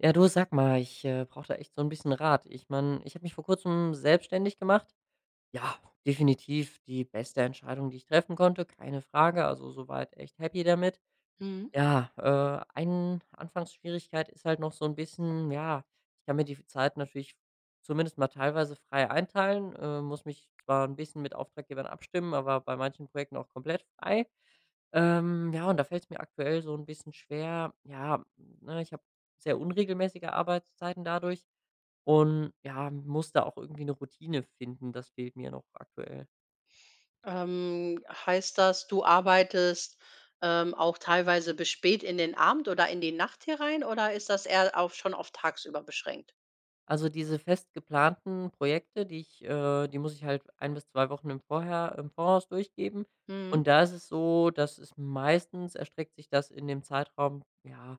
Ja, du sag mal, ich brauche da echt so ein bisschen Rat. Ich meine, ich habe mich vor Kurzem selbstständig gemacht. Ja, definitiv die beste Entscheidung, die ich treffen konnte, keine Frage. Also, soweit echt happy damit. Mhm. Ja, ein Anfangsschwierigkeit ist halt noch so ein bisschen, ja, ich kann mir die Zeit natürlich zumindest mal teilweise frei einteilen, muss mich zwar ein bisschen mit Auftraggebern abstimmen, aber bei manchen Projekten auch komplett frei. Ja, und da fällt es mir aktuell so ein bisschen schwer. Ja, ne, ich habe sehr unregelmäßige Arbeitszeiten dadurch und, ja, muss da auch irgendwie eine Routine finden. Das fehlt mir noch aktuell. Heißt das, du arbeitest auch teilweise bis spät in den Abend oder in die Nacht herein, oder ist das eher auf schon auf tagsüber beschränkt? Also, diese fest geplanten Projekte, die muss ich halt ein bis 2 Wochen im Voraus durchgeben. Mhm, Und da ist es so, dass es meistens erstreckt sich das in dem Zeitraum, ja,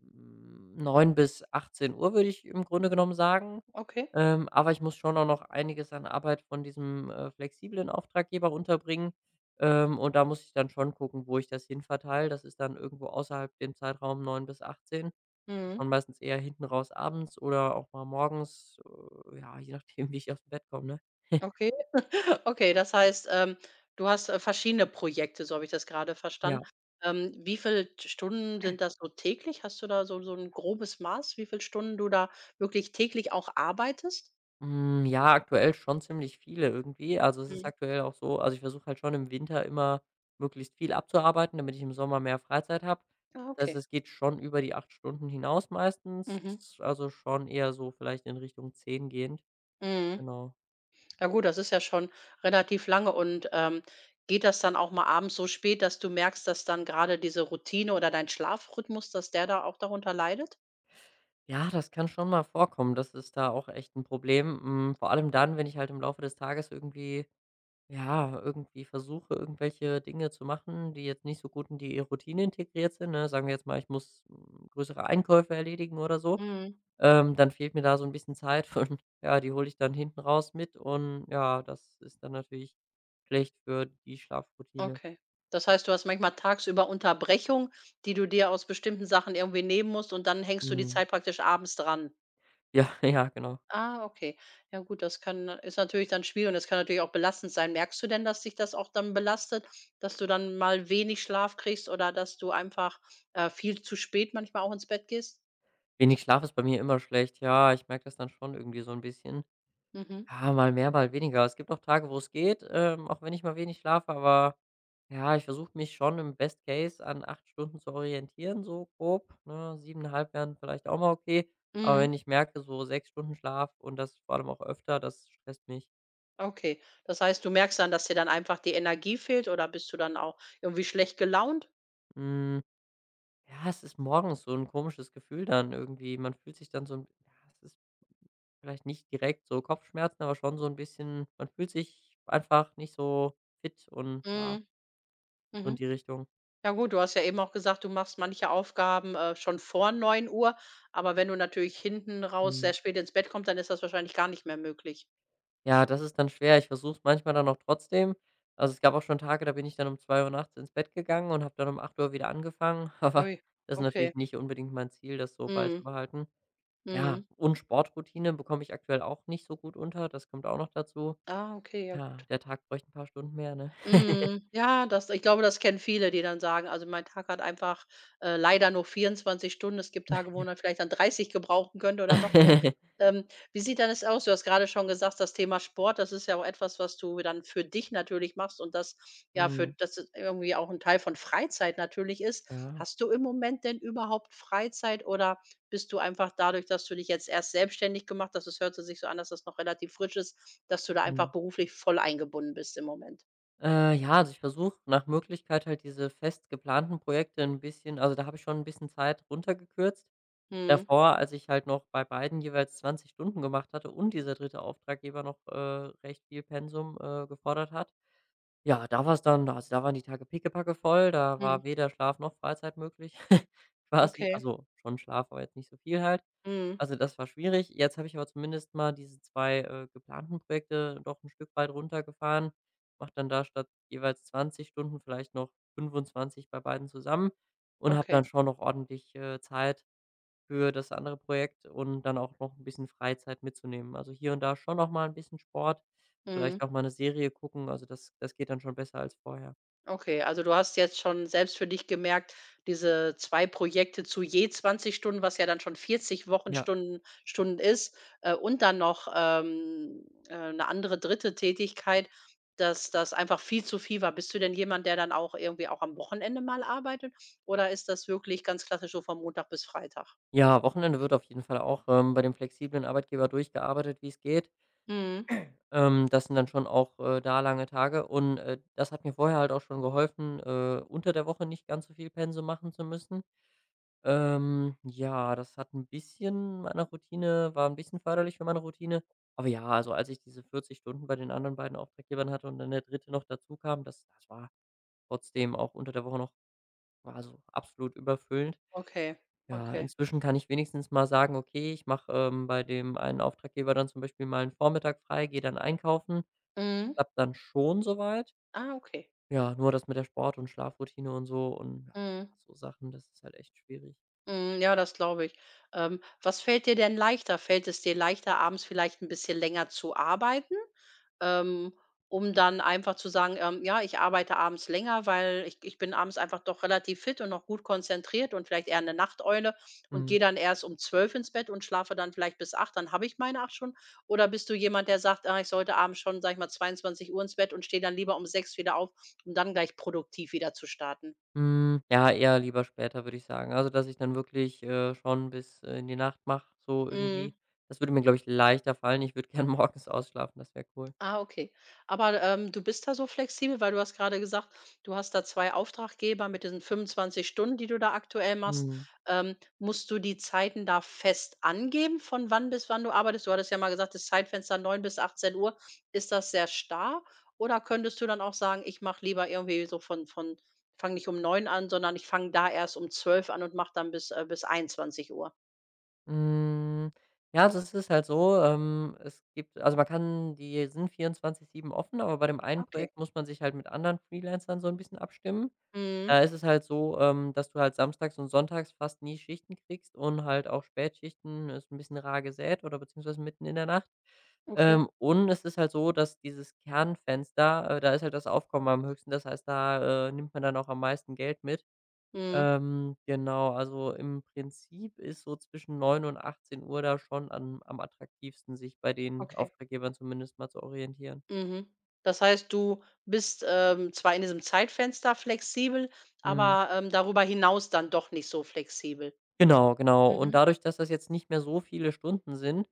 9 bis 18 Uhr würde ich im Grunde genommen sagen. okay. Aber ich muss schon auch noch einiges an Arbeit von diesem, flexiblen Auftraggeber unterbringen. Und da muss ich dann schon gucken, wo ich das hinverteile. Das ist dann irgendwo außerhalb dem Zeitraum 9 bis 18. Mhm, Schon meistens eher hinten raus abends oder auch mal morgens, ja, je nachdem, wie ich aus dem Bett komme, ne? okay. Okay, das heißt, du hast verschiedene Projekte, so habe ich das gerade Ja. verstanden. Wie viel Stunden sind das so täglich? Hast du da so ein grobes Maß, wie viel Stunden du da wirklich täglich auch arbeitest? Hm, ja, aktuell schon ziemlich viele irgendwie. Also, es ist Mhm. aktuell auch so, also, ich versuche halt schon im Winter immer möglichst viel abzuarbeiten, damit ich im Sommer mehr Freizeit habe. Ah, Das heißt, okay. es geht schon über die 8 Stunden hinaus Mhm. meistens, also, schon eher so vielleicht in Richtung 10 gehend, Mhm. genau. Ja gut, das ist ja schon relativ lange, und geht das dann auch mal abends so spät, dass du merkst, dass dann gerade diese Routine oder dein Schlafrhythmus, dass der da auch darunter leidet? Ja, das kann schon mal vorkommen. Das ist da auch echt ein Problem, hm, vor allem dann, wenn ich halt im Laufe des Tages irgendwie, ja, irgendwie versuche, irgendwelche Dinge zu machen, die jetzt nicht so gut in die Routine integriert sind, ne? Sagen wir jetzt mal, ich muss, hm, größere Einkäufe erledigen oder so. Mhm. Dann fehlt mir da so ein bisschen Zeit und ja, die hole ich dann hinten raus mit, und ja, das ist dann natürlich schlecht für die Schlafroutine. Okay. Das heißt, du hast manchmal tagsüber Unterbrechung, die du dir aus bestimmten Sachen irgendwie nehmen musst, und dann hängst du die Mhm. Zeit praktisch abends dran. Ja, ja, genau. Ah, okay. Ja gut, das kann ist natürlich dann schwierig, und das kann natürlich auch belastend sein. Merkst du denn, dass dich das auch dann belastet, dass du dann mal wenig Schlaf kriegst, oder dass du einfach viel zu spät manchmal auch ins Bett gehst? Wenig Schlaf ist bei mir immer schlecht. Ja, ich merke das dann schon irgendwie so ein bisschen. Mhm. Ja, mal mehr, mal weniger. Es gibt auch Tage, wo es geht, auch wenn ich mal wenig schlafe, aber ja, ich versuche mich schon im Best Case an 8 Stunden zu orientieren, so grob, ne? Siebeneinhalb wären vielleicht auch mal okay, aber Mhm. wenn ich merke, so 6 Stunden Schlaf und das vor allem auch öfter, das stresst mich. Okay. Das heißt, du merkst dann, dass dir dann einfach die Energie fehlt, oder bist du dann auch irgendwie schlecht gelaunt? Hm, ja, es ist morgens so ein komisches Gefühl dann irgendwie. Man fühlt sich dann so 'n, ja, es ist vielleicht nicht direkt so Kopfschmerzen, aber schon so ein bisschen, man fühlt sich einfach nicht so fit und ja, Mhm. so in Mhm. die Richtung. Ja gut, du hast ja eben auch gesagt, du machst manche Aufgaben schon vor 9 Uhr, aber wenn du natürlich hinten raus sehr Mhm. spät ins Bett kommst, dann ist das wahrscheinlich gar nicht mehr möglich. Ja, das ist dann schwer. Ich versuche es manchmal dann auch trotzdem. Also, es gab auch schon Tage, da bin ich dann um 2 Uhr nachts ins Bett gegangen und habe dann um 8 Uhr wieder angefangen, aber Ui, das ist natürlich okay. nicht unbedingt mein Ziel, das so Mhm. beizubehalten. Ja, Mhm. und Sportroutine bekomme ich aktuell auch nicht so gut unter, das kommt auch noch dazu. Ah, okay, ja Ja, gut. der Tag bräuchte ein paar Stunden mehr, ne? Mhm. Ja, das, ich glaube, das kennen viele, die dann sagen: „Also, mein Tag hat einfach leider nur 24 Stunden.“ Es gibt Tage, wo man vielleicht dann 30 gebrauchen könnte oder noch mehr. Ähm, wie sieht denn das aus? Du hast gerade schon gesagt, das Thema Sport, das ist ja auch etwas, was du dann für dich natürlich machst, und das, ja, für Mhm, das es irgendwie auch ein Teil von Freizeit natürlich ist. ja, Hast du im Moment denn überhaupt Freizeit, oder bist du einfach dadurch, dass du dich jetzt erst selbstständig gemacht hast, es hörte sich so an, dass das noch relativ frisch ist, dass du da mhm. einfach beruflich voll eingebunden bist im Moment? Ja, also, ich versuche nach Möglichkeit halt diese fest geplanten Projekte ein bisschen, also, da habe ich schon ein bisschen Zeit runtergekürzt. Mhm. Davor, als ich halt noch bei beiden jeweils 20 Stunden gemacht hatte und dieser dritte Auftraggeber noch, recht viel Pensum, gefordert hat, ja, da war es dann, also, da waren die Tage pickepacke voll, da war Mhm. weder Schlaf noch Freizeit möglich quasi. Okay. Also, schon Schlaf, aber jetzt nicht so viel halt. Mhm. Also, das war schwierig. Jetzt habe ich aber zumindest mal diese 2 geplanten Projekte doch ein Stück weit runtergefahren, mache dann da statt jeweils 20 Stunden vielleicht noch 25 bei beiden zusammen und habe dann Okay. schon noch ordentlich, Zeit für das andere Projekt und dann auch noch ein bisschen Freizeit mitzunehmen. Also, hier und da schon noch mal ein bisschen Sport, vielleicht Mhm. auch mal eine Serie gucken, also das geht dann schon besser als vorher. Okay, also du hast jetzt schon selbst für dich gemerkt, diese 2 Projekte zu je 20 Stunden, was ja dann schon vierzig Ja. Wochenstunden Stunden ist, und dann noch 'ne andere dritte Tätigkeit, dass das einfach viel zu viel war. Bist du denn jemand, der dann auch irgendwie auch am Wochenende mal arbeitet, oder ist das wirklich ganz klassisch so von Montag bis Freitag? Ja, Wochenende wird auf jeden Fall auch, bei dem flexiblen Arbeitgeber durchgearbeitet, wie es geht. Mhm. Das sind dann schon auch, da lange Tage, und das hat mir vorher halt auch schon geholfen, unter der Woche nicht ganz so viel Pensum machen zu müssen. Ja, das hat ein bisschen meiner Routine war ein bisschen förderlich für meine Routine. Aber ja, also, als ich diese 40 Stunden bei den anderen beiden Auftraggebern hatte und dann der dritte noch dazukam, das war trotzdem auch unter der Woche noch, war so absolut überfüllend. Okay, Ja, okay. inzwischen kann ich wenigstens mal sagen: „Okay, ich mache, bei dem einen Auftraggeber dann zum Beispiel mal einen Vormittag frei, gehe dann einkaufen.“ Mhm. Klappt dann schon soweit. Ah, okay. Ja, nur das mit der Sport- und Schlafroutine und so und ja, Mhm. so Sachen, das ist halt echt schwierig. Mhm, ja, das glaube ich. Was fällt dir denn leichter? Fällt es dir leichter, abends vielleicht ein bisschen länger, zu arbeiten, ähm, um dann einfach zu sagen, „Ja, ich arbeite abends länger, weil ich bin abends einfach doch relativ fit und noch gut konzentriert und vielleicht eher eine Nachteule und Mhm. gehe dann erst um 12 ins Bett und schlafe dann vielleicht bis 8. Dann habe ich meine acht schon.“ Oder bist du jemand, der sagt: „Ah, ich sollte abends schon, sage ich mal, 22 Uhr ins Bett, und stehe dann lieber um 6 wieder auf, um dann gleich produktiv wieder zu starten?“ Hm, ja, eher lieber später, würde ich sagen. Also, dass ich dann wirklich, schon bis, in die Nacht mache, so irgendwie. Mhm. Das würde mir, glaube ich, leichter fallen. Ich würde gern morgens ausschlafen, das wäre cool. Ah, okay. Aber, du bist da so flexibel, weil du hast gerade gesagt, du hast da 2 Auftraggeber mit diesen 25 Stunden, die du da aktuell machst. Mhm. Musst du die Zeiten da fest angeben, von wann bis wann du arbeitest? Du hattest ja mal gesagt, das Zeitfenster 9 bis 18 Uhr. Ist das sehr starr, oder könntest du dann auch sagen: „Ich mache lieber irgendwie so von fange nicht um 9 an, sondern ich fange da erst um 12 an und mache dann bis 21 Uhr?“ Hm, ja, also es ist halt so, es gibt, also man kann, die sind 24/7 offen, aber bei dem einen Okay. Projekt muss man sich halt mit anderen Freelancern so ein bisschen abstimmen. Mhm. Da ist es halt so, dass du halt samstags und sonntags fast nie Schichten kriegst und halt auch Spätschichten ist ein bisschen rar gesät oder beziehungsweise mitten in der Nacht. Okay. Und es ist halt so, dass dieses Kernfenster, da ist halt das Aufkommen am höchsten. Das heißt, da, nimmt man dann auch am meisten Geld mit. Mhm. Genau, also im Prinzip ist so zwischen 9 und 18 Uhr da schon am attraktivsten, sich bei den Okay. Auftraggebern zumindest mal zu orientieren. Mhm. Das heißt, du bist zwar in diesem Zeitfenster flexibel, Mhm. aber, ähm, darüber hinaus dann doch nicht so flexibel. Genau, genau. Und Mhm. dadurch, dass das jetzt nicht mehr so viele Stunden sind,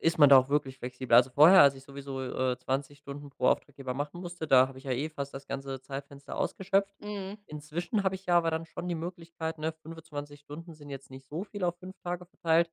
ist man da auch wirklich flexibel. Also vorher, als ich sowieso, 20 Stunden pro Auftraggeber machen musste, da habe ich ja eh fast das ganze Zeitfenster ausgeschöpft. Mhm. Inzwischen habe ich ja aber dann schon die Möglichkeit, ne, 25 Stunden sind jetzt nicht so viel auf 5 Tage verteilt.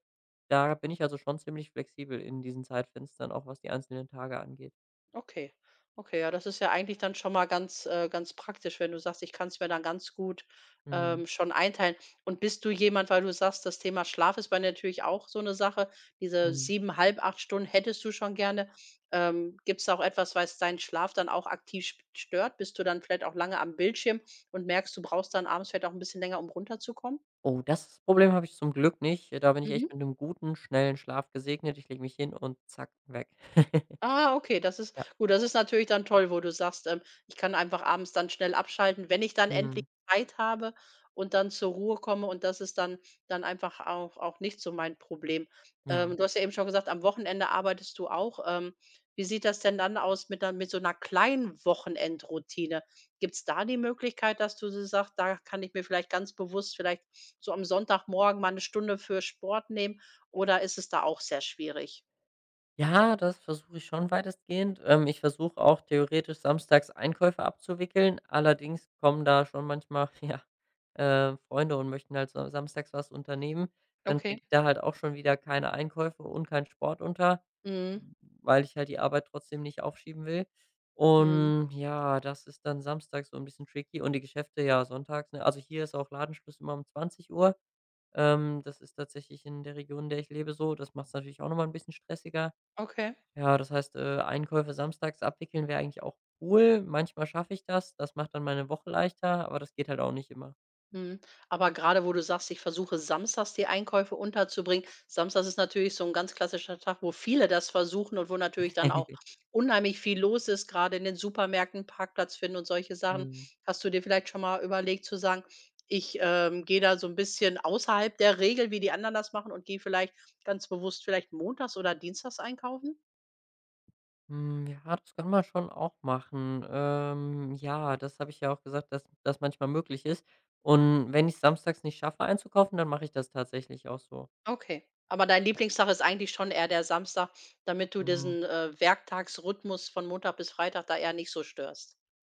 Da bin ich also schon ziemlich flexibel in diesen Zeitfenstern, auch was die einzelnen Tage angeht. Okay. Okay, ja, das ist ja eigentlich dann schon mal ganz, ganz praktisch, wenn du sagst: „Ich kann's mir dann ganz gut, Mhm, ähm, schon einteilen.“ Und bist du jemand, weil du sagst, das Thema Schlaf ist bei dir natürlich auch so eine Sache, diese mhm. 7,5, 8 Stunden hättest du schon gerne. Gibt's da auch etwas, was deinen Schlaf dann auch aktiv sp stört? Bist du dann vielleicht auch lange am Bildschirm und merkst, du brauchst dann abends vielleicht auch ein bisschen länger, um runterzukommen? Oh, das Problem habe ich zum Glück nicht. Da bin ich echt Mhm. mit einem guten, schnellen Schlaf gesegnet. Ich lege mich hin und zack, weg. Ah, okay, das ist Ja, gut, das ist natürlich dann toll, wo du sagst ich kann einfach abends dann schnell abschalten, wenn ich dann endlich mhm, Zeit habe und dann zur Ruhe komme, und das ist dann einfach auch nicht so mein Problem. ja. Du hast ja eben schon gesagt, am Wochenende arbeitest du auch. Wie sieht das denn dann aus mit 'ner mit so einer kleinen Wochenendroutine? Gibt es da die Möglichkeit, dass du so sagst: „Da kann ich mir vielleicht ganz bewusst vielleicht so am Sonntagmorgen mal eine Stunde für Sport nehmen“, oder ist es da auch sehr schwierig? Ja, das versuche ich schon weitestgehend. Ich versuche auch theoretisch samstags Einkäufe abzuwickeln. Allerdings kommen da schon manchmal, ja, Freunde und möchten halt so samstags was unternehmen. Dann kriege Okay. ich da halt auch schon wieder keine Einkäufe und keinen Sport unter, Mhm, weil ich halt die Arbeit trotzdem nicht aufschieben will. mhm. Und ja, das ist dann samstags so ein bisschen tricky. Und die Geschäfte ja sonntags. Ne? Also hier ist auch Ladenschluss immer um 20 Uhr. Das ist tatsächlich in der Region, in der ich lebe, so. Das macht es natürlich auch nochmal ein bisschen stressiger. Okay. Ja, das heißt, Einkäufe samstags abwickeln wäre eigentlich auch cool. Manchmal schaffe ich das. Das macht dann meine Woche leichter, aber das geht halt auch nicht immer. Mhm. Aber gerade wo du sagst: „Ich versuche samstags die Einkäufe unterzubringen“, samstags ist natürlich so ein ganz klassischer Tag, wo viele das versuchen, und wo natürlich dann auch unheimlich viel los ist, gerade in den Supermärkten, Parkplatz finden und solche Sachen. Mhm. Hast du dir vielleicht schon mal überlegt zu sagen: „Ich, gehe da so ein bisschen außerhalb der Regel, wie die anderen das machen, und gehe vielleicht ganz bewusst vielleicht montags oder dienstags einkaufen?“ Hm, ja, das kann man schon auch machen. Ja, das habe ich ja auch gesagt, dass das manchmal möglich ist. Und wenn ich samstags nicht schaffe einzukaufen, dann mache ich das tatsächlich auch so. Okay. Aber dein Lieblingstag ist eigentlich schon eher der Samstag, damit du Mhm. diesen Werktagsrhythmus von Montag bis Freitag da eher nicht so störst?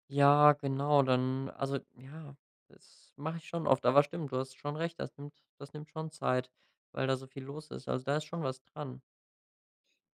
Ja, genau, dann, also ja, das mache ich schon oft. Aber stimmt, du hast schon recht, das nimmt schon Zeit, weil da so viel los ist. Also da ist schon was dran.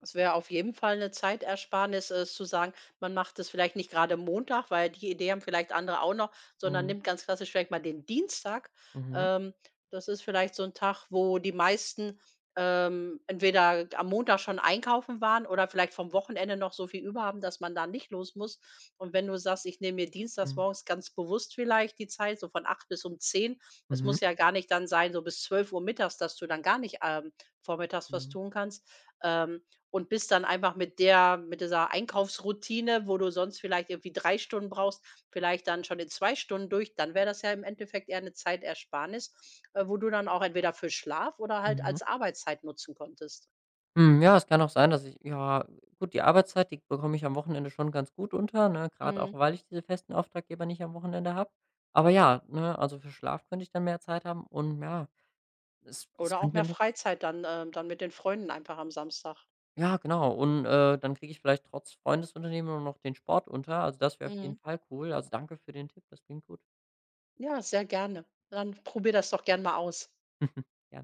Es wäre auf jeden Fall eine Zeitersparnis, zu sagen, man macht es vielleicht nicht gerade Montag, weil die Idee haben vielleicht andere auch noch, sondern Mhm. nimmt ganz klassisch vielleicht mal den Dienstag. Mhm. Ähm, Das ist vielleicht so ein Tag, wo die meisten entweder am Montag schon einkaufen waren oder vielleicht vom Wochenende noch so viel über haben, dass man da nicht los muss. Und wenn du sagst: „Ich nehme mir dienstags Mhm. morgens ganz bewusst vielleicht die Zeit, so von 8 bis um 10. Das Mhm. muss ja gar nicht dann sein, so bis 12 Uhr mittags, dass du dann gar nicht, vormittags was Mhm. tun kannst. Ähm, und bist dann einfach mit dieser Einkaufsroutine, wo du sonst vielleicht irgendwie 3 Stunden brauchst, vielleicht dann schon in 2 Stunden durch, dann wäre das ja im Endeffekt eher eine Zeitersparnis, wo du dann auch entweder für Schlaf oder halt Mhm. als Arbeitszeit nutzen konntest.“ Hm, ja, es kann auch sein, dass ich, ja, gut, die Arbeitszeit, die bekomme ich am Wochenende schon ganz gut unter, ne? Gerade auch, Mhm. weil ich diese festen Auftraggeber nicht am Wochenende habe. Aber ja, ne, also für Schlaf könnte ich dann mehr Zeit haben und ja, es Oder auch könnte mir mehr nat- Freizeit dann mit den Freunden einfach am Samstag. ja, genau. Und, dann kriege ich vielleicht trotz Freundesunternehmen noch den Sport unter. Also, das wäre auf jeden Mhm. Fall cool. Also, danke für den Tipp, das klingt gut. Ja, sehr gerne. Dann probier das doch gern mal aus. Gerne.